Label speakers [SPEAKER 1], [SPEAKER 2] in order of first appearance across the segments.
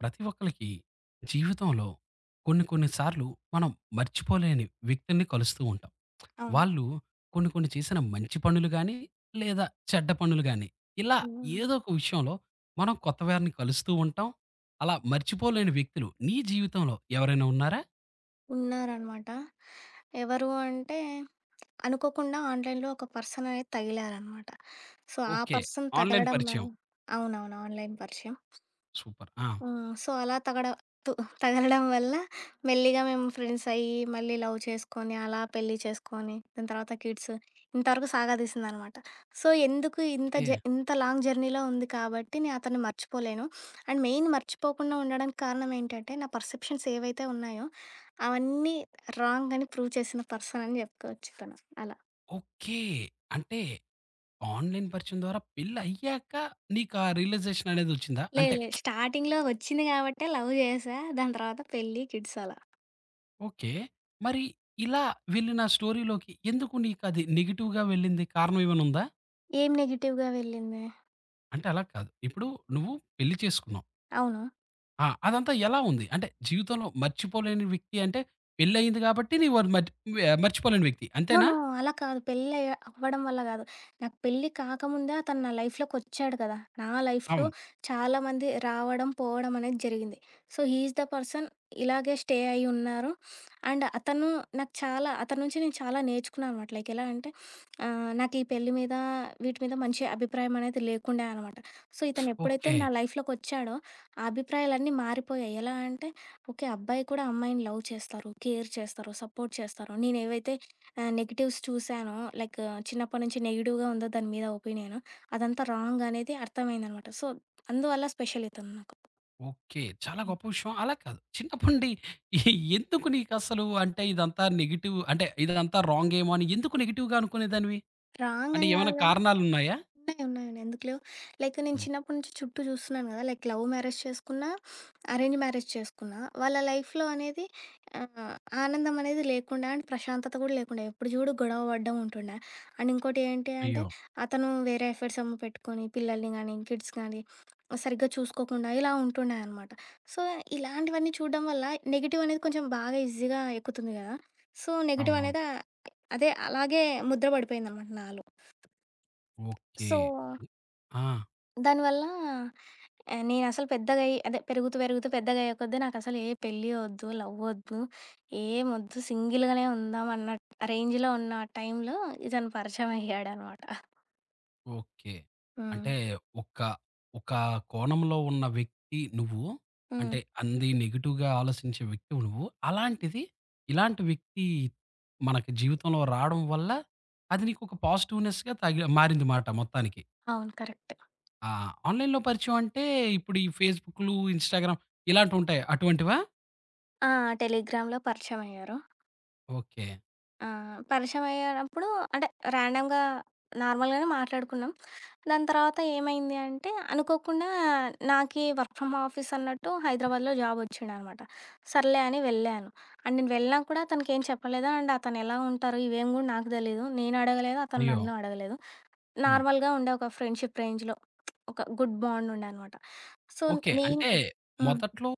[SPEAKER 1] ప్రతి ఒక్కళ్ళకి జీవితంలో కొన్ని కొన్ని సార్లు మనం మర్చిపోలేని వ్యక్తుల్ని కలుస్తూ ఉంటాం.
[SPEAKER 2] అవును.
[SPEAKER 1] వాళ్ళు కొన్ని కొన్ని చేసిన మంచి పనులు గాని, లేదా చెడ్డ పనులు గాని, ఇలా
[SPEAKER 2] హ్మ్.
[SPEAKER 1] ఏదో ఒక విషయంలో మనం కొత్త వారిని కలుస్తూ ఉంటాం. అలా మర్చిపోలేని వ్యక్తులు నీ జీవితంలో ఎవరైనా ఉన్నారా?
[SPEAKER 2] ఉన్నారనమాట. ఎవరు అంటే అనుకోకుండా ఆన్‌లైన్‌లో ఒక పర్సన్ అనేది తగిలారనమాట. సో, ఆ
[SPEAKER 1] ఓకే.
[SPEAKER 2] పర్సన్
[SPEAKER 1] ఆన్‌లైన్
[SPEAKER 2] తగలడం
[SPEAKER 1] పరిచయం.
[SPEAKER 2] వల్ల అవునవును. ఆన్‌లైన్ పరిచయం.
[SPEAKER 1] సూపర్. ఆ!
[SPEAKER 2] ఆ! సో, అలా తగడ తు తగలడం వల్ల మెల్లిగా మేము ఫ్రెండ్స్ అయ్యి, మళ్ళీ లవ్ చేసుకొని, అలా పెళ్లి చేసుకొని, దాని తర్వాత కిడ్స్ ఇంతవరకు సాగదీసిందనమాట. సో, ఎందుకు
[SPEAKER 1] ఓకే.
[SPEAKER 2] ఇంత లాంగ్ జర్నీలో ఉంది కాబట్టి నేను అతన్ని మర్చిపోలేను. అండ్ మెయిన్ మర్చిపోకుండా ఉండడానికి కారణం ఏంటంటే, నా పర్సెప్షన్స్ ఏవైతే ఉన్నాయో, అవన్నీ రాంగ్ అని ప్రూవ్ చేసిన పర్సన్ అని చెప్పుకోవచ్చు తను. అలా.
[SPEAKER 1] ఓకే. అంటే ఆన్‌లైన్ పరిచయం ద్వారా పెళ్లయ్యాక నీకా రియలైజేషన్ అనేది వచ్చిందా?
[SPEAKER 2] లేదు
[SPEAKER 1] అంటే
[SPEAKER 2] లేదు. స్టార్టింగ్‌లో వచ్చింది కాబట్టే లవ్ చేశా. దాని తర్వాత పెళ్లి, కిడ్స్ అలా.
[SPEAKER 1] ఓకే. మరి ఇలా వెళ్ళిన స్టోరీలోకి ఎందుకు నీకది నెగెటివ్‌గా వెళ్ళింది? కారణం ఏమైనా ఉందా?
[SPEAKER 2] ఏం నెగెటివ్‌గా వెళ్ళింది?
[SPEAKER 1] అంటే అలా కాదు. ఇప్పుడు నువ్వు పెళ్లి చేసుకున్నావు.
[SPEAKER 2] అవును.
[SPEAKER 1] ఆ! అదంతా ఎలా ఉంది? అంటే జీవితంలో మర్చిపోలేని వ్యక్తి అంటే పెళ్లయింది కాబట్టి నీవు అది మర్చి మర్చిపోలేని వ్యక్తి.
[SPEAKER 2] నో.
[SPEAKER 1] అంతేనా?
[SPEAKER 2] నో. అలా కాదు. పెళ్లి అవ్వడం వల్ల గాదు. నాకు పెళ్లి కాకముందే అతను నా లైఫ్‌లోకొచ్చాడు కదా! నా లైఫ్‌లో
[SPEAKER 1] అవును.
[SPEAKER 2] చాలామంది రావడం, పోవడం అనేది జరిగింది. So, he is the person ఇలాగే స్టే అయ్యి ఉన్నారు. అండ్ అతను నాకు చాలా అతని నుంచి నేను చాలా నేర్చుకున్నాను అనమాట. లైక్ ఎలా అంటే నాకు ఈ పెళ్లి మీద, వీటి మీద మంచి అభిప్రాయం అనేది లేకుండే అనమాట. సో, ఇతను ఎప్పుడైతే
[SPEAKER 1] ఓకే.
[SPEAKER 2] నా లైఫ్‌లోకొచ్చాడో ఆ అభిప్రాయాలన్నీ మారిపోయాయి. ఎలా అంటే ఓకే. అబ్బాయి కూడా అమ్మాయిని లవ్ చేస్తారు, కేర్ చేస్తారు, సపోర్ట్ చేస్తారు. నేనేవైతే ఆ! నెగెటివ్స్ చూసానో, లైక్ చిన్నప్పటి నుంచి నెగెటివ్‌గా ఉందో దాని మీద ఒపీనియన్. అదంతా రాంగ్ అనేది అర్థమైందనమాట. సో, అందువల్ల స్పెషల్ ఇతను నాకు.
[SPEAKER 1] ఓకే. చాలా గొప్ప విషయం. అలా కాదు. చిన్నప్పటి ఎ ఎందుకు నీకసలు అంటే ఇదంతా నెగెటివ్ అంటే ఇదంతా రాంగేమో అని ఎందుకు నెగెటివ్‌గా అనుకునేదానివి?
[SPEAKER 2] రాంగ్
[SPEAKER 1] అంటే
[SPEAKER 2] అని
[SPEAKER 1] ఏమైనా
[SPEAKER 2] కాదు గాని
[SPEAKER 1] కారణాలున్నాయా?
[SPEAKER 2] ఉన్నాయి. ఉన్నాయండి. ఎందుకు లేవు. లైక్ నేను
[SPEAKER 1] హ్మ్.
[SPEAKER 2] చిన్నప్పటి నుంచి చుట్టూ చూస్తున్నాను కదా! లైక్ లవ్ మ్యారేజ్ చేసుకున్నా, అరేంజ్ మ్యారేజ్ చేసుకున్నా, వాళ్ళ లైఫ్‌లో అనేది ఆహ్, ఆనందం అనేది లేకుండా అండ్ ప్రశాంతత కూడా లేకుండా ఎప్పుడు చూడు గొడవ పడడం ఉంటుండే. అండ్ ఇంకోటి ఏంటి అంటే
[SPEAKER 1] అయ్యో!
[SPEAKER 2] అతను వేరే ఎఫర్ట్స్ ఏమో పెట్టుకొని పిల్లల్ని గానీ, కిడ్స్ గానీ సరిగ్గా చూసుకోకుండా ఇలా ఉంటుండే అనమాట. సో, ఇలాంటివన్నీ చూడడం వల్ల నెగెటివ్ అనేది కొంచెం బాగా ఈజీగా ఎక్కుతుంది కదా! సో,
[SPEAKER 1] అవునవును.
[SPEAKER 2] అదే అలాగే ముద్ర పడిపోయిందనమాట నాలో.
[SPEAKER 1] ఓకే.
[SPEAKER 2] సో,
[SPEAKER 1] ఆ!
[SPEAKER 2] దానివల్ల నేనసలు పెద్దగయ్యి అదే పెరుగుతూ పెద్దగయ్యే కొద్దీ నాకసలు ఏ పెళ్లి ఒద్దు, లవ్ ఒద్దు, ఏమొద్దు సింగిల్‌గానే ఉందాం అన్న రేంజ్‌లో ఉన్న టైంలో ఇతను పరిచయం అయ్యాడనమాట.
[SPEAKER 1] ఓకే. అంటే
[SPEAKER 2] హ్మ్.
[SPEAKER 1] ఒక, ఒక కోణంలో ఉన్న వ్యక్తి నువ్వు.
[SPEAKER 2] హ్మ్.
[SPEAKER 1] అంటే అంది నెగెటివ్‌గా ఆలోచించే వ్యక్తివి నువ్వు. అలాంటిది ఇలాంటి వ్యక్తి మనకి జీవితంలో రావడం వల్ల అది నీకొక పాజిటివ్‌నెస్‌గా తగి మారిందిమాట మొత్తానికి.
[SPEAKER 2] అవును. కరెక్ట్.
[SPEAKER 1] ఆ! ఆన్‌లైన్‌లో పరిచయం అంటే ఇప్పుడు ఈ ఫేస్‌బుక్‌లు, ఇన్‌స్టాగ్రామ్ ఇలాంటివుంటాయి అటువంటివా?
[SPEAKER 2] ఆ! టెలిగ్రామ్‌లో పరిచయమయ్యారు.
[SPEAKER 1] ఓకే.
[SPEAKER 2] ఆ! పరిచయమయ్యేటప్పుడు అంటే ర్యాండమ్‌గా నార్మల్‌గానే మాట్లాడుకున్నాం. దాని తర్వాత ఏమైంది అంటే అనుకోకుండా నాకి వర్క్ ఫ్రమ్ ఆఫీస్ అన్నట్టు హైదరాబాద్‌లో జాబ్ ఒచ్చిండనమాట. సర్లే అని వెళ్ళాను. అండ్ నేను వెళ్ళినా కూడా తనకేం చెప్పలేదు. అండ్ అతను ఎలా ఉంటారు ఇవేం గూడా నాకు తెలీదు. నేను అడగలేదు. అతను
[SPEAKER 1] అయ్యో!
[SPEAKER 2] నన్ను అడగలేదు.
[SPEAKER 1] హ్మ్.
[SPEAKER 2] నార్మల్‌గా ఉండే ఒక ఫ్రెండ్‌షిప్ రేంజ్‌లో ఒక గుడ్ బాండ్ ఉండే అనమాట. So,
[SPEAKER 1] okay.
[SPEAKER 2] నేను
[SPEAKER 1] అంటే
[SPEAKER 2] హ్మ్.
[SPEAKER 1] మొదట్లో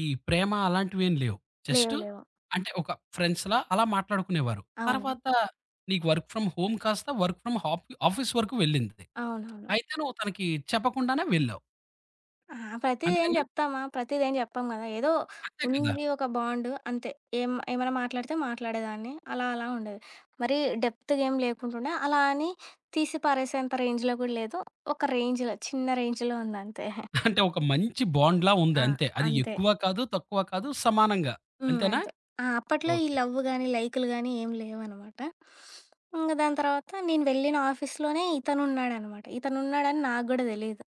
[SPEAKER 1] ఈ ప్రేమ అలాంటివేం లేవు.
[SPEAKER 2] లేవు.
[SPEAKER 1] జస్టు
[SPEAKER 2] లేవు.
[SPEAKER 1] అంటే ఒక ఫ్రెండ్స్‌లా అలా మాట్లాడుకునేవారు.
[SPEAKER 2] అవును.
[SPEAKER 1] తర్వాత నీకు వర్క్ ఫ్రమ్ హోమ్ కాస్త వర్క్ ఫ్రమ్ హాఫ్ ఆఫీస్ వరకు వెళ్ళింది.
[SPEAKER 2] అవునవును.
[SPEAKER 1] అయితే నువ్వు తనకి చెప్పకుండానే వెళ్ళావు.
[SPEAKER 2] ఆహా! ప్రతీదేం
[SPEAKER 1] అంతేనా?
[SPEAKER 2] జెప్తామా? ప్రతీదేం జెప్పం గదా! ఏదో
[SPEAKER 1] అంతే కదా!
[SPEAKER 2] ఉంది ఒక బాండ్ అంతే. ఏం ఏమైనా మాట్లాడితే మాట్లాడేదాన్ని. అలా అలా ఉండేది. మరీ డెప్త్‌గేం లేకుంటుండే. అలా అని తీసి పారేసేంత రేంజ్‌లో గూడా లేదు. ఒక రేంజ్‌లో చిన్న రేంజ్‌లో ఉందంతే.
[SPEAKER 1] అంటే ఒక మంచి బాండ్‌లా ఉంది
[SPEAKER 2] ఆ!
[SPEAKER 1] అంతే. అది
[SPEAKER 2] అంతే.
[SPEAKER 1] ఎక్కువ కాదు, తక్కువ కాదు సమానంగా.
[SPEAKER 2] హ్మ్.
[SPEAKER 1] అంతేనా?
[SPEAKER 2] అంతే. ఆ! అప్పట్లో ఈ
[SPEAKER 1] ఓకే.
[SPEAKER 2] లవ్ గాని, లైకులు గాని ఏం లేవనమాట. ఇంగ దాని తర్వాత నేను వెళ్ళిన ఆఫీస్‌లోనే ఇతనున్నాడనమాట. ఇతనున్నాడని నాకు గూడా తెలీదు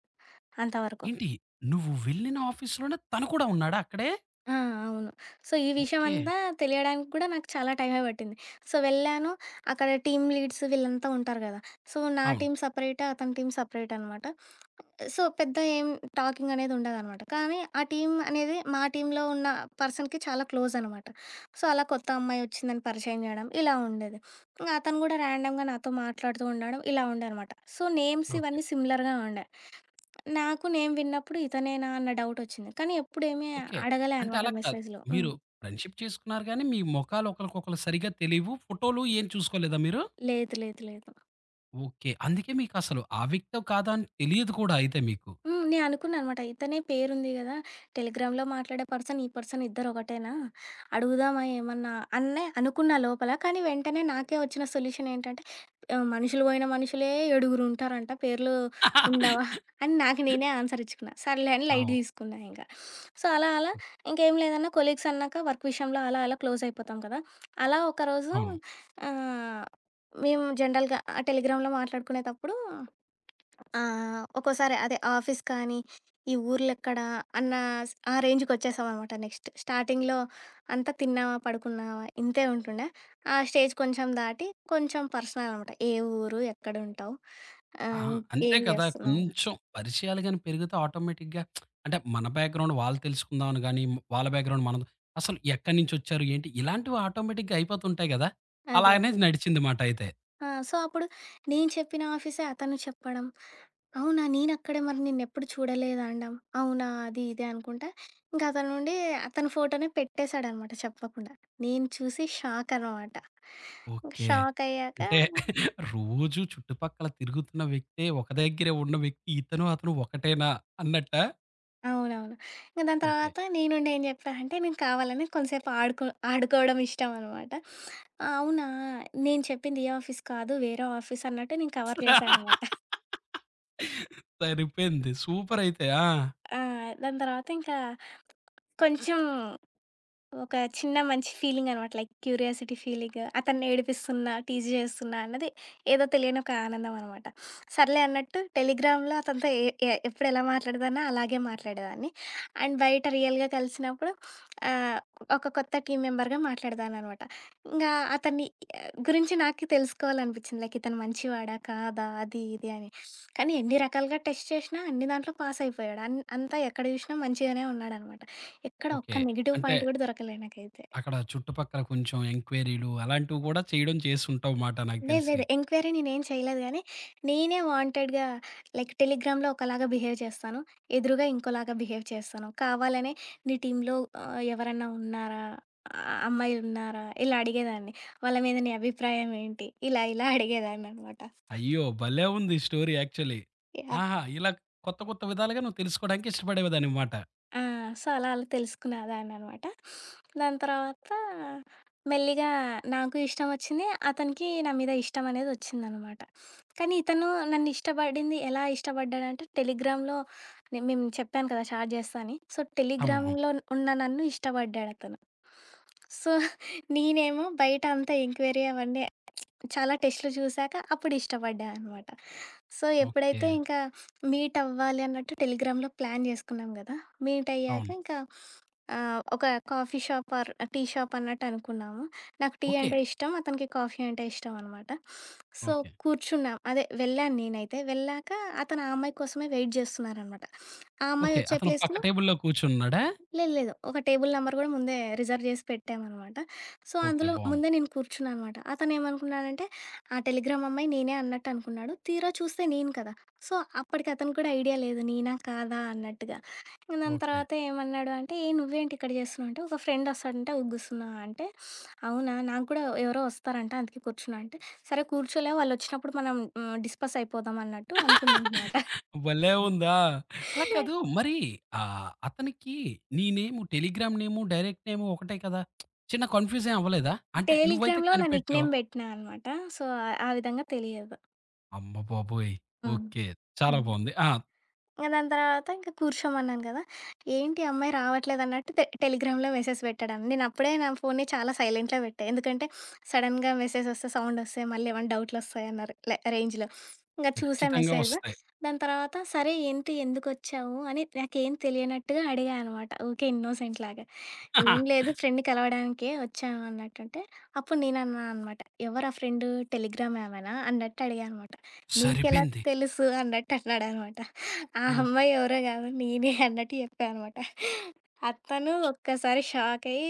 [SPEAKER 2] అంతవరకు.
[SPEAKER 1] ఏంటి నువ్వు వెళ్ళిన ఆఫీస్‌లోనే తను కూడా ఉన్నాడా అక్కడే?
[SPEAKER 2] ఆ! అవును. సో, ఈ
[SPEAKER 1] ఓకే.
[SPEAKER 2] విషయమంతా తెలియడానికి కూడా నాకు చాలా టైమే పట్టింది. సో, వెళ్ళాను. అక్కడ టీమ్ లీడ్స్ వీళ్ళంతా ఉంటారు గదా! సో, నా
[SPEAKER 1] అవును.
[SPEAKER 2] టీమ్ సెపరేట్, అతని టీమ్ సెపరేట్ అనమాట. సో, పెద్ద ఏం టాకింగ్ అనేది ఉండదనమాట. కానీ ఆ టీమ్ అనేది మా టీమ్‌లో ఉన్న పర్సన్‌కి చాలా క్లోజ్ అనమాట. సో, అలా కొత్త అమ్మాయి వచ్చిందని పరిచయం జేయడం ఇలా ఉండేది. ఇంగా అతను గూడా ర్యాండమ్‌గా నాతో మాట్లాడుతూ ఉండడం ఇలా ఉండే అనమాట. So, names
[SPEAKER 1] okay.
[SPEAKER 2] ఇవన్నీ సిమిలర్‌గా ఉండే. నాకు నేమ్ విన్నప్పుడు ఇతనేనా అన్న డౌటొచ్చింది. కానీ ఎప్పుడేమి
[SPEAKER 1] ఓకే.
[SPEAKER 2] అడగలే
[SPEAKER 1] అంటే
[SPEAKER 2] అనమాట
[SPEAKER 1] అలా కాదు.
[SPEAKER 2] మెసేజ్‌లో. హ్మ్.
[SPEAKER 1] మీరు ఫ్రెండ్‌షిప్ చేసుకున్నారు గానీ, మీ మొఖాలు ఒకళ్ళకొకళ్ళు సరిగ్గా తెలీవు. ఫోటోలు ఏం చూసుకోలేదా మీరు?
[SPEAKER 2] లేదు. లేదు. లేదు.
[SPEAKER 1] ఓకే. అందుకే మీకసలు ఆ వ్యక్తో కాదా అని తెలియదు కూడా అయితే మీకు.
[SPEAKER 2] హ్మ్. నేను అనుకున్నాననమాట. ఇతనే పేరుంది గదా! టెలిగ్రామ్‌లో మాట్లాడే పర్సన్, ఈ పర్సన్ ఇద్దరు ఒకటేనా? అడుగుదామా ఏమన్నా అనే అనుకున్నా లోపల. కానీ వెంటనే నాకే వచ్చిన సొల్యూషన్ ఏంటంటే, మనుషులు పోయిన మనుషులే ఏడుగురు ఉంటారంట. పేర్లు ఉండవా? అని నాకు నేనే ఆన్సర్ ఇచ్చుకున్నా. సర్లే అని లైట్
[SPEAKER 1] అవును.
[SPEAKER 2] తీసుకున్నా ఇంక. సో, అలా అలా ఇంకేం లేదన్నా కొలీగ్స్ అన్నాక వర్క్ విషయంలో అలా అలా క్లోజ్ అయిపోతాం కదా! అలా ఒకరోజు
[SPEAKER 1] అవును.
[SPEAKER 2] ఆహ్, మేము జనరల్‌గా ఆ టెలిగ్రామ్‌లో మాట్లాడుకునేటప్పుడు ఆ! ఒక్కోసారి అదే ఆఫీస్ కానీ, ఈ ఊర్లెక్కడ అన్న ఆ రేంజ్‌కొచ్చేసామనమాట నెక్స్ట్. స్టార్టింగ్‌లో అంతా తిన్నామా, పడుకున్నామా ఇంతే ఉంటుండే. ఆ స్టేజ్ కొంచెం దాటి కొంచెం పర్సనల్ అనమాట. ఏ ఊరు, ఎక్కడుంటావు,
[SPEAKER 1] ఆహా!
[SPEAKER 2] ఆహ్,
[SPEAKER 1] అంతే
[SPEAKER 2] ఏం
[SPEAKER 1] కదా!
[SPEAKER 2] చేస్తున్నావు
[SPEAKER 1] కొంచెం పరిచయాలు గాని పెరిగితే ఆటోమేటిక్‌గా అంటే మన బ్యాక్‌గ్రౌండ్ వాళ్ళు తెలుసుకుందాం అని గాని, వాళ్ళ బ్యాక్‌గ్రౌండ్ మనది అసలు ఎక్కడి నుంచొచ్చారు? ఏంటి? ఇలాంటివి ఆటోమేటిక్‌గా అయిపోతుంటాయి గదా!
[SPEAKER 2] అదే.
[SPEAKER 1] అలానే నడిచింది మాట అయితే.
[SPEAKER 2] ఆ! సో, అప్పుడు నేను చెప్పిన ఆఫీసే అతను చెప్పడం. అవునా! నేనక్కడే మరి నిన్నెప్పుడు చూడలేదండ. అవునా! అది ఇది అనుకుంటా. ఇంకా అతని నుండి అతని ఫోటోనే పెట్టేశాడనమాట చెప్పకుండా. నేను చూసి షాకనమాట.
[SPEAKER 1] ఓకే.
[SPEAKER 2] షాకయ్యాక
[SPEAKER 1] అంటే రోజు చుట్టుపక్కల తిరుగుతున్న వ్యక్తే ఒక దగ్గరే ఉన్న వ్యక్తి ఇతను, అతను ఒకటేనా అన్నట్టా?
[SPEAKER 2] అవునవును. ఇంక దాని
[SPEAKER 1] ఓకే.
[SPEAKER 2] తర్వాత నేనుండి ఏం జెప్పా అంటే, నేను కావాలని కొంసేపు ఆడుకోవడం ఇష్టమనమాట. అవునా! నేను చెప్పింది ఏ ఆఫీస్ కాదు, వేరే ఆఫీస్ అన్నట్టు నేను కవర్ చేశా అనమాట.
[SPEAKER 1] సరిపోయింది. సూపరయితే. ఆ!
[SPEAKER 2] ఆ! దాని తర్వాత ఇంకా కొంచెం ఒక చిన్న మంచి ఫీలింగనమాట. Like curiosity feeling. అతన్ని ఏడిపిస్తున్నా, టీజ్ చేస్తున్నా అన్నది ఏదో తెలియని ఒక ఆనందమనమాట. సర్లే అన్నట్టు టెలిగ్రామ్‌లో అతనితో ఎ ఎ ఎప్పుడు ఎలా మాట్లాడేదాన్నో అలాగే మాట్లాడేదాన్ని. అండ్ బయట రియల్‌గా కలిసినప్పుడు ఆహ్, ఒక కొత్త టీమ్ మెంబర్‌గా మాట్లాడేదాన్ననమాట. ఇంగా అతన్ని గురించి నాకు తెలుసుకోవాలనిపిచ్చింది. లైక్ ఇతను మంచివాడా? కాదా? అది ఇది అని. కానీ ఎన్ని రకాలుగా టెస్ట్ చేషినా అన్ని దాంట్లో పాసయిపోయాడు. అంతా ఎక్కడ జూషినా మంచిగానే ఉన్నాడనమాట. ఎక్కడ
[SPEAKER 1] ఓకే.
[SPEAKER 2] ఒక్క నెగెటివ్
[SPEAKER 1] అంటే
[SPEAKER 2] పాయింట్ కూడా దొరకలే నాకైతే.
[SPEAKER 1] అక్కడ చుట్టుపక్కల కొంచెం ఎంక్వైరీలు అలాంటివి గూడా చేయడం చేసుంటావుమాట నాకు
[SPEAKER 2] లేదు
[SPEAKER 1] తెలిసి.
[SPEAKER 2] లేదు. ఎంక్వైరీ నేనేం చేయలేదు గానీ, నేనే వాంటెడ్‌గా లైక్ టెలిగ్రామ్‌లో ఒకలాగా బిహేవ్ చేస్తాను. ఎదురుగా ఇంకోలాగా బిహేవ్ చేస్తాను. కావాలనే నీ టీమ్‌లో ఎవరన్నా ఉన్నారా? అమ్మాయిలున్నారా? ఇలా అడిగేదాన్ని. వాళ్ళ మీద నీ అభిప్రాయం ఏంటి? ఇలా ఇలా అడిగేదాన్ననమాట.
[SPEAKER 1] అయ్యో! భలే ఉంది స్టోరీ యాక్చువల్లీ. ఆహా! ఇలా కొత్త కొత్త విధాలుగా నువ్వు తెలుసుకోడానికి ఇష్టపడేదానివమాట.
[SPEAKER 2] ఆ! సో, అలా అలా తెలుసుకునేదాన్ననమాట. దాని తర్వాత మెల్లిగా నాకు ఇష్టం వచ్చింది. అతనికి నా మీద ఇష్టం అనేది వచ్చిందనమాట. కానీ ఇతను నన్ను ఇష్టపడింది ఎలా ఇష్టపడ్డాడంటే టెలిగ్రామ్‌లో మేము చెప్పాను కదా! చాట్ చేస్తా అని. సో, అవును.
[SPEAKER 1] అవును. అవును.
[SPEAKER 2] టెలిగ్రామ్‌లో ఉన్న నన్ను ఇష్టపడ్డాడతను. సో, నేనేమో బయట అంతా ఎంక్వైరీ అవన్నీ చాలా టెస్ట్‌లు చూసాక అప్పుడు ఇష్టపడ్డా అనమాట. So,
[SPEAKER 1] okay.
[SPEAKER 2] ఎప్పుడైతే ఇంకా మీట్ అవ్వాలి అన్నట్టు టెలిగ్రామ్‌లో ప్లాన్ చేసుకున్నాం గదా! మీట్ అయ్యాక
[SPEAKER 1] అవును.
[SPEAKER 2] ఇంకా ఒక coffee shop or tea shop అన్నట్టు అనుకున్నాము. నాకు టీ
[SPEAKER 1] ఓకే.
[SPEAKER 2] అంటే ఇష్టం. అతనికి కాఫీ అంటే ఇష్టం అనమాట. So,
[SPEAKER 1] okay.
[SPEAKER 2] కూర్చున్నాం. అదే వెళ్ళాను నేనైతే. వెళ్ళాక అతను ఆ అమ్మాయి కోసమే వెయిట్ చేస్తున్నారనమాట. ఆ అమ్మాయి
[SPEAKER 1] ఓకే.
[SPEAKER 2] వచ్చే
[SPEAKER 1] అతను పక్క
[SPEAKER 2] ప్లేస్‌లో
[SPEAKER 1] టేబుల్‌లో కూర్చున్నాడా?
[SPEAKER 2] లేదు లేదు. ఒక టేబుల్ నంబర్ గూడా ముందే రిజర్వ్ జేసి పెట్టామనమాట. So,
[SPEAKER 1] okay.
[SPEAKER 2] అందులో
[SPEAKER 1] బావుంది.
[SPEAKER 2] ముందే నేను కూర్చున్నా అనమాట. అతనేమనుకున్నాడంటే, ఆ టెలిగ్రామ్ అమ్మాయి నేనే అన్నట్టు అనుకున్నాడు. తీరా చూస్తే నేను కదా! సో, అప్పటికి అతనికి కూడా ఐడియా లేదు నేనా? కాదా? అన్నట్టుగా. ఇంక దాని
[SPEAKER 1] ఓకే.
[SPEAKER 2] తర్వాత ఏమన్నాడు అంటే, "ఏ నువ్వేంటి ఇక్కడ జేస్తున్నావు?" అంటే, "ఒక ఫ్రెండ్ వస్తాడంటే ఉగ్గుస్తున్నా" అంటే, "అవునా? నాకు కూడా ఎవరో వస్తారంట అందుకే కూర్చున్నా" అంటే, "సరే కూర్చోలే వాళ్ళొచ్చినప్పుడు మనం డిస్కస్ అయిపోదాం" అన్నట్టు అనుకున్నా అనమాట.
[SPEAKER 1] భలే ఉందా! అలా కాదు మరి అతనికి నీ నేము టెలిగ్రామ్ నేము, డైరెక్ట్ నేము ఒకటే కదా! చిన్న కన్‌ఫ్యూజ్ ఏం అవ్వలేదా? అంటే నువ్వైతే
[SPEAKER 2] టెలిగ్రామ్‌లో నా
[SPEAKER 1] కనిపెట్టావు.
[SPEAKER 2] నిక్‌నేమ్ బెట్టినా అనమాట. సో, ఆ విధంగా తెలియదు.
[SPEAKER 1] అమ్మ బాబోయ్!
[SPEAKER 2] హ్మ్.
[SPEAKER 1] ఓకే. చాలా
[SPEAKER 2] అంతే.
[SPEAKER 1] బావుంది. ఆ!
[SPEAKER 2] ఇంక దాని తర్వాత ఇంక కూర్చోమన్నాను గదా! ఏంటి ఈ అమ్మాయి రావట్లేదన్నట్టు టెలిగ్రామ్‌లో మెసేజ్ పెట్టాడన్ నేనప్పుడే నా ఫోన్‌ని చాలా సైలెంట్‌లో పెట్టా. ఎందుకంటే, సడెన్‌గా మెసేజొస్తే సౌండొస్తాయి, మళ్ళీ ఏమన్నా డౌట్‌లొస్తాయన్నారు లే రేంజ్‌లో. ఇంక చూసా
[SPEAKER 1] ఖచ్చితంగా
[SPEAKER 2] మెసేజు.
[SPEAKER 1] వస్తాయి.
[SPEAKER 2] దాని తర్వాత సరే ఏంటి, ఎందుకొచ్చావు అని నాకేం తెలియనట్టుగా అడిగా అనమాట. ఊకే ఇన్నోసెంట్ లాగా. ఏం లేదు. ఫ్రెండ్‌ని కలవడానికే వచ్చాము అన్నట్టంటే, అప్పుడు నేనన్నా అనమాట. ఎవరు ఆ ఫ్రెండు టెలిగ్రామ్ ఆమెనా? అన్నట్టు అడిగా అనమాట. నీకెలా
[SPEAKER 1] సరిపోయింది.
[SPEAKER 2] తెలుసు అన్నట్టు అన్నాడనమాట. ఆ
[SPEAKER 1] ఆ!
[SPEAKER 2] అమ్మాయి ఎవరో కాదు నేనే అన్నట్టు చెప్పా అనమాట. అతను ఒక్కసారి షాక్ అయ్యి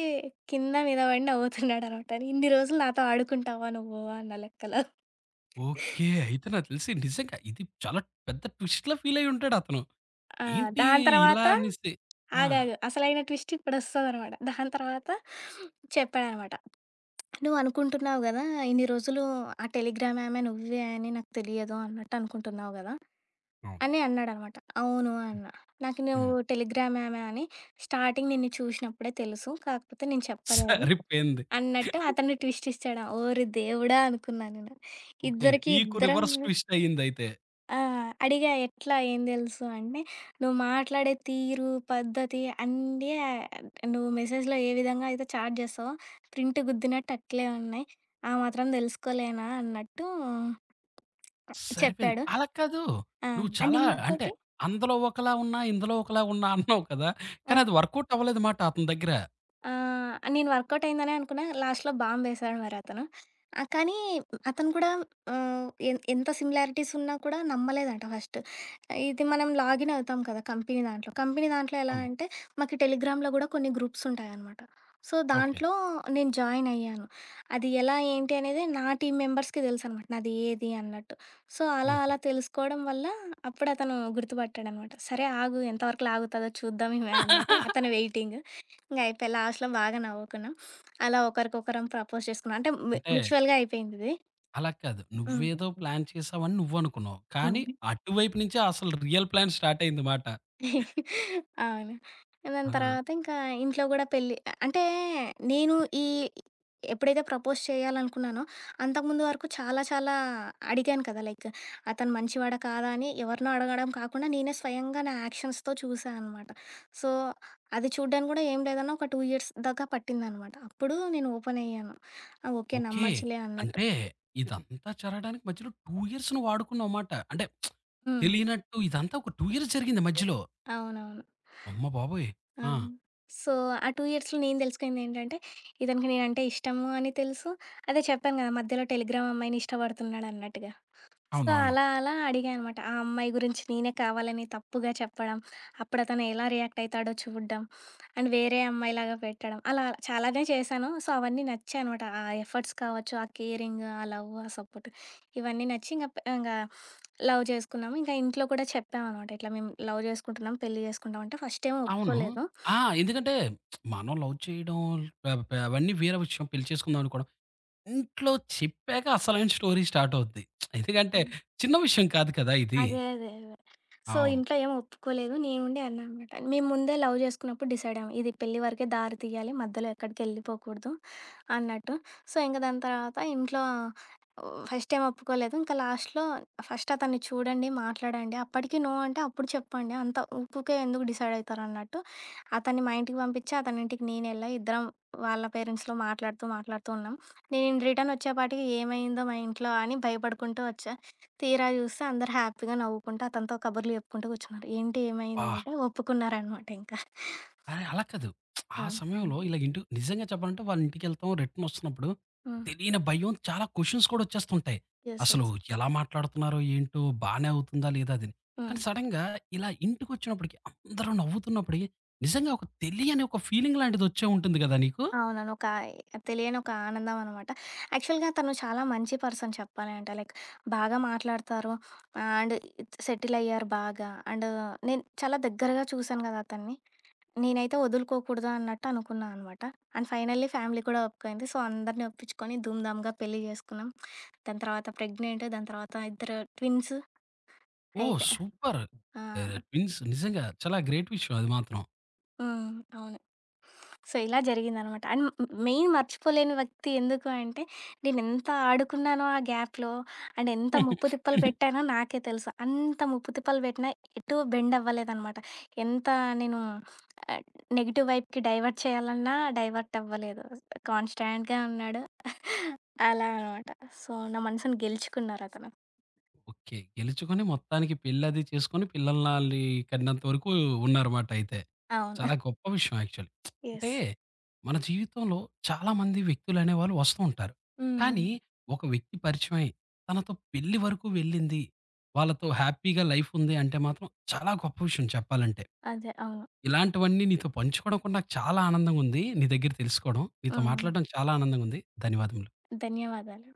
[SPEAKER 2] కింద మీద పడి నవ్వుతున్నాడనమాట. ఇన్ని రోజులు నాతో ఆడుకుంటావా నువ్వు అన్న లెక్కలో.
[SPEAKER 1] ఓకే. అయితే నాకు తెలిసి నిజంగా ఇది చాలా పెద్ద ట్విస్ట్‌లా ఫీల్ అయ్యుంటాడు అతను.
[SPEAKER 2] ఆ!
[SPEAKER 1] ఏంటి
[SPEAKER 2] దాని
[SPEAKER 1] ఇలా
[SPEAKER 2] తర్వాత
[SPEAKER 1] అనేసి. ఆ!
[SPEAKER 2] ఆగాగు. అసలైన ట్విస్ట్ ఇప్పుడొస్తదనమాట. దాని తర్వాత చెప్పాడనమాట. నువ్వు అనుకుంటున్నావు గదా! ఇన్ని రోజులు ఆ టెలిగ్రామ్ ఆమె నువ్వే అని నాకు తెలియదు అన్నట్టు అనుకుంటున్నావు గదా!
[SPEAKER 1] అవును.
[SPEAKER 2] అని అన్నాడనమాట. అవును
[SPEAKER 1] హ్మ్.
[SPEAKER 2] అన్నా. నాకు నువ్వు
[SPEAKER 1] హ్మ్.
[SPEAKER 2] టెలిగ్రామ్ ఆమె అని స్టార్టింగ్ నిన్ను చూసినప్పుడే తెలుసు. కాకపోతే నేను చెప్పలేదు
[SPEAKER 1] సరిపోయింది.
[SPEAKER 2] అన్నట్టు అతను ట్విస్ట్ ఇచ్చాడు. ఓరి దేవుడా! అనుకున్నా నేను.
[SPEAKER 1] ఓకే.
[SPEAKER 2] ఇద్దరికి
[SPEAKER 1] నీకు
[SPEAKER 2] ఇద్దరం
[SPEAKER 1] రివర్స్ ట్విస్ట్ అయిందయితే.
[SPEAKER 2] ఆ! అడిగా ఎట్లా ఏం తెలుసు అంటే, "నువ్వు మాట్లాడే తీరు, పద్ధతి అన్నీ ఆ, నువ్వు మెసేజ్‌లో ఏ విధంగా అయితే చాట్ చేస్తావో ప్రింట్ గుద్దినట్టు అట్లే ఉన్నాయి. ఆ మాత్రం తెలుసుకోలేనా" అన్నట్టు
[SPEAKER 1] సరిపోయింది.
[SPEAKER 2] చెప్పాడు.
[SPEAKER 1] అలా కాదు.
[SPEAKER 2] ఆ!
[SPEAKER 1] నువ్వు
[SPEAKER 2] అండ్
[SPEAKER 1] చాలా అంటే
[SPEAKER 2] ఇంకోటి
[SPEAKER 1] అందులో ఒకలా ఉన్నా, ఇందులో ఒకలా ఉన్నా అన్నావు కదా!
[SPEAKER 2] ఆ!
[SPEAKER 1] కానీ అది వర్కౌట్ అవ్వలేదు మాట అతని దగ్గర.
[SPEAKER 2] ఆ! నేను వర్కౌట్ అయిందనే అనుకున్నా. లాస్ట్‌లో బాంబేసాడు మరతను. ఆ! కానీ అతను కూడా ఎంత సిమిలారిటీస్ ఉన్నా కూడా నమ్మలేదంట ఫస్ట్. ఇది మనం లాగిన్ అవుతాం కదా! కంపెనీ దాంట్లో. కంపెనీ దాంట్లో ఎలా
[SPEAKER 1] అవును.
[SPEAKER 2] అంటే మాకు టెలిగ్రామ్‌లో కూడా కొన్ని గ్రూప్స్ ఉంటాయనమాట. So,
[SPEAKER 1] okay.
[SPEAKER 2] దాంట్లో నేను జాయిన్ అయ్యాను. అది ఎలా ఏంటి అనేది నా టీమ్ మెంబర్స్‌కి తెలుసనమాట. నాది ఏది అన్నట్టు. సో, అలా
[SPEAKER 1] ఓహో!
[SPEAKER 2] అలా తెలుసుకోవడం వల్ల అప్పుడు అతను గుర్తుపట్టాడనమాట. సరే ఆగు ఎంతవరకు లాగుతదో చూద్దాం ఈమె అన్నట్టు అతని వెయిటింగ్. ఇంక అయిపోయి లాస్ట్‌లో బాగా నవ్వుకున్నాం. అలా ఒకరికొకరం ప్రపోజ్ చేసుకున్నాం. అంటే
[SPEAKER 1] అంటే
[SPEAKER 2] మ్యూచువల్‌గా అయిపోయిందిది.
[SPEAKER 1] అలా కాదు.
[SPEAKER 2] హ్మ్.
[SPEAKER 1] నువ్వేదో ప్లాన్ చేసావని నువ్వనుకున్నావు. కానీ
[SPEAKER 2] హ్మ్.
[SPEAKER 1] అటువైపు నుంచే అసలు రియల్ ప్లాన్ స్టార్ట్ అయింది మాట.
[SPEAKER 2] అవును. దాని
[SPEAKER 1] ఆ!
[SPEAKER 2] తర్వాత ఇంకా ఇంట్లో గూడా పెళ్లి అంటే నేను ఈ ఎప్పుడైతే ప్రపోజ్ చేయాలనుకున్నానో, అంతకుముందు వరకు చాలా చాలా అడిగాను కదా! లైక్ అతను మంచివాడా? కాదా? అని ఎవరినో అడగడం కాకుండా నేనే స్వయంగా నా యాక్షన్స్‌తో చూసా అనమాట. సో, అది చూడ్డానికి గూడా ఏం లేదన్నా ఒక 2 ఇయర్స్ దాకా పట్టిందనమాట. అప్పుడు నేను ఓపెన్ అయ్యాను. ఆ! ఓకే.
[SPEAKER 1] ఓకే.
[SPEAKER 2] నమ్మచ్చులే అన్నట్టు.
[SPEAKER 1] అంటే ఇదంతా జరగడానికి మధ్యలో 2 ఇయర్స్ నువ్వు వాడుకున్నావు మాట. అంటే
[SPEAKER 2] హ్మ్.
[SPEAKER 1] తెలియనట్టు ఇదంతా ఒక 2 ఇయర్స్ జరిగింది మధ్యలో.
[SPEAKER 2] అవునవును.
[SPEAKER 1] అమ్మ బాబోయ్!
[SPEAKER 2] ఆ!
[SPEAKER 1] ఆ!
[SPEAKER 2] సో, ఆ 2 ఇయర్స్‌లో నేను దెలుసుకుందేంటంటే, ఇతనికి నేనంటే ఇష్టము అని తెలుసు. అదే చెప్పాను గదా! మధ్యలో టెలిగ్రామ్ అమ్మాయిని ఇష్టపడుతున్నాడన్నట్టుగా. సో,
[SPEAKER 1] అవునవును.
[SPEAKER 2] అలా అలా అడిగా అనమాట. ఆ అమ్మాయి గురించి నేనే కావాలని తప్పుగా చెప్పడం. అప్పుడు అతను ఎలా రియాక్ట్ అయితాడో చూడడం. అండ్ వేరే అమ్మాయిలాగా పెట్టడం. అలా చాలానే చేశాను. సో, అవన్నీ నచ్చాయనమాట. ఆ ఎఫర్ట్స్ కావచ్చు, ఆ కేరింగ్, ఆ లవ్, ఆ సపోర్ట్ ఇవన్నీ నచ్చి ఇంక ఇంగా లవ్ చేసుకున్నాము. ఇంకా ఇంట్లో కూడా చెప్పామనమాట. ఇట్లా మేము లవ్ చేసుకుంటున్నాం, పెళ్లి చేసుకుంటాం అంటే ఫస్టేమో
[SPEAKER 1] అవును. అవును.
[SPEAKER 2] ఒప్పుకోలేదు.
[SPEAKER 1] ఆ! ఎందుకంటే మనం లవ్ చేయడం ఆహ్, ప అవన్నీ వేరే విషయం పెళ్లి చేసుకుందాం అనుకోవడం. ఇంట్లో చెప్పాక అసలైన స్టోరీ స్టార్ట్ అవుద్ది. ఎందుకంటే చిన్న విషయం కాదు కదా! ఇది.
[SPEAKER 2] అదే. సో,
[SPEAKER 1] అవును.
[SPEAKER 2] ఇంట్లో ఏమి ఒప్పుకోలేదు. నేను ఉండి అన్నా అనమాట. మేము ముందే లవ్ చేసుకున్నప్పుడు డిసైడ్ అయ్యాం. ఇది పెళ్లి వరకే దారి తీయాలి. మధ్యలో ఎక్కడికెళ్ళిపోకూడదు అన్నట్టు. సో, ఇంక దాని తర్వాత ఇంట్లో ఫస్ట్ ఏం ఒప్పుకోలేదు. ఇంకా లాస్ట్‌లో ఫస్ట్ అతన్ని చూడండి, మాట్లాడండి. అప్పటికి నో అంటే అప్పుడు చెప్పండి. అంత ఊకుకే ఎందుకు డిసైడ్ అయితారన్నట్టు అతన్ని మా ఇంటికి పంపించి, అతని ఇంటికి నేను ఎళ్ళా. ఇద్దరం వాళ్ళ పేరెంట్స్‌లో మాట్లాడుతూ ఉన్నాం. నేను రిటర్న్ వచ్చేపాటికి ఏమైందో మా ఇంట్లో అని భయపడుకుంటూ వచ్చా. తీరా చూస్తే అందరు హ్యాపీగా నవ్వుకుంటూ అతనితో కబుర్లు చెప్పుకుంటూ కూర్చున్నారు. ఏంటి
[SPEAKER 1] అబ్బా!
[SPEAKER 2] ఏమైంది అంటే ఒప్పుకున్నారనమాట ఇంకా.
[SPEAKER 1] అరే! అలా కాదు. ఆ
[SPEAKER 2] ఆ!
[SPEAKER 1] సమయంలో ఇలాగ ఇంటి నిజంగా చెప్పాలంటే వాళ్ళ ఇంటికెళ్తాం, రిటర్న్ వస్తున్నప్పుడు
[SPEAKER 2] హ్మ్.
[SPEAKER 1] తెలియని భయం చాలా క్వెషన్స్ కూడా వచ్చేస్తుంటాయి.
[SPEAKER 2] యెస్.
[SPEAKER 1] అసలు
[SPEAKER 2] యెస్.
[SPEAKER 1] ఎలా మాట్లాడుతున్నారో ఏంటో, బానే అవుతుందా లేదా అదని.
[SPEAKER 2] హ్మ్.
[SPEAKER 1] కానీ సడెన్‌గా ఇలా ఇంటికొచ్చినప్పటికి అందరూ నవ్వుతున్నప్పటికి నిజంగా ఒక తెలియని ఒక ఫీలింగ్ లాంటిది వచ్చే ఉంటుంది కదా నీకు?
[SPEAKER 2] అవునవును. ఒక తెలియని ఒక ఆనందం అనమాట. యాక్చువల్‌గా తను చాలా మంచి పర్సన్ చెప్పాలి అంటే. లైక్ బాగా మాట్లాడతారు. అండ్ సెటిల్ అయ్యారు బాగా. అండ్ నేను చాలా దగ్గరగా చూసాను కదా అతన్ని. నేనైతే వదులుకోకూడదు అన్నట్టు అనుకున్నా అనమాట. అండ్ ఫైనల్లీ ఫ్యామిలీ కూడా ఒప్పుకుంది. సో, అందరిని ఒప్పించుకొని ధూమ్ ధామ్‌గా పెళ్లి చేసుకున్నాం. దాని తర్వాత ప్రెగ్నెంట్. దాని తర్వాత ఇద్దరు ట్విన్స్.
[SPEAKER 1] ఓహ్!
[SPEAKER 2] అయిపే
[SPEAKER 1] సూపర్.
[SPEAKER 2] ఆ!
[SPEAKER 1] ఆహ్, ట్విన్స్ నిజంగా చాలా గ్రేట్ విషయం అది మాత్రం.
[SPEAKER 2] హ్మ్. అవును. సో, ఇలా జరిగిందనమాట. అండ్ మెయిన్ మర్చిపోలేని వ్యక్తి ఎందుకు అంటే, నేనెంత ఆడుకున్నానో ఆ గ్యాప్‌లో, అండ్ ఎంత ముప్పు తిప్పలు పెట్టానో నాకే తెలుసు. అంత ముప్పు తిప్పలు పెట్టినా ఎటు బెండ్ అవ్వలేదనమాట. ఎంత నేను ఆహ్, నెగెటివ్ వైపుకి డైవర్ట్ చేయాలన్నా డైవర్ట్ అవ్వలేదు. కాన్‌స్టాంట్‌గా ఉన్నాడు. అలా అనమాట. సో, నా మనసుని గెలుచుకున్నారతను.
[SPEAKER 1] ఓకే. గెలుచుకొని మొత్తానికి పెళ్లది చేసుకొని పిల్లల్నాల్ని కన్నంత వరకు ఉన్నారమాట అయితే.
[SPEAKER 2] అవును.
[SPEAKER 1] చాలా గొప్ప విషయం యాక్చువల్లీ. అంటే
[SPEAKER 2] యెస్.
[SPEAKER 1] మన జీవితంలో చాలా మంది వ్యక్తులనేవాళ్ళు వస్తూ ఉంటారు.
[SPEAKER 2] హ్మ్. హ్మ్.
[SPEAKER 1] కానీ ఒక వ్యక్తి పరిచయమై తనతో పెళ్లి వరకు వెళ్ళింది, వాళ్ళతో హ్యాపీగా లైఫ్ ఉంది అంటే మాత్రం చాలా గొప్ప విషయం చెప్పాలంటే.
[SPEAKER 2] అదే. అవును.
[SPEAKER 1] ఇలాంటివన్నీ నీతో పంచుకోవడం కూడా నాకు చాలా ఆనందంగుంది. నీ దగ్గర తెలుసుకోవడం. నీతో
[SPEAKER 2] హ్మ్.
[SPEAKER 1] మాట్లాడడం చాలా ఆనందంగుంది. ధన్యవాదములు.
[SPEAKER 2] ధన్యవాదాలు.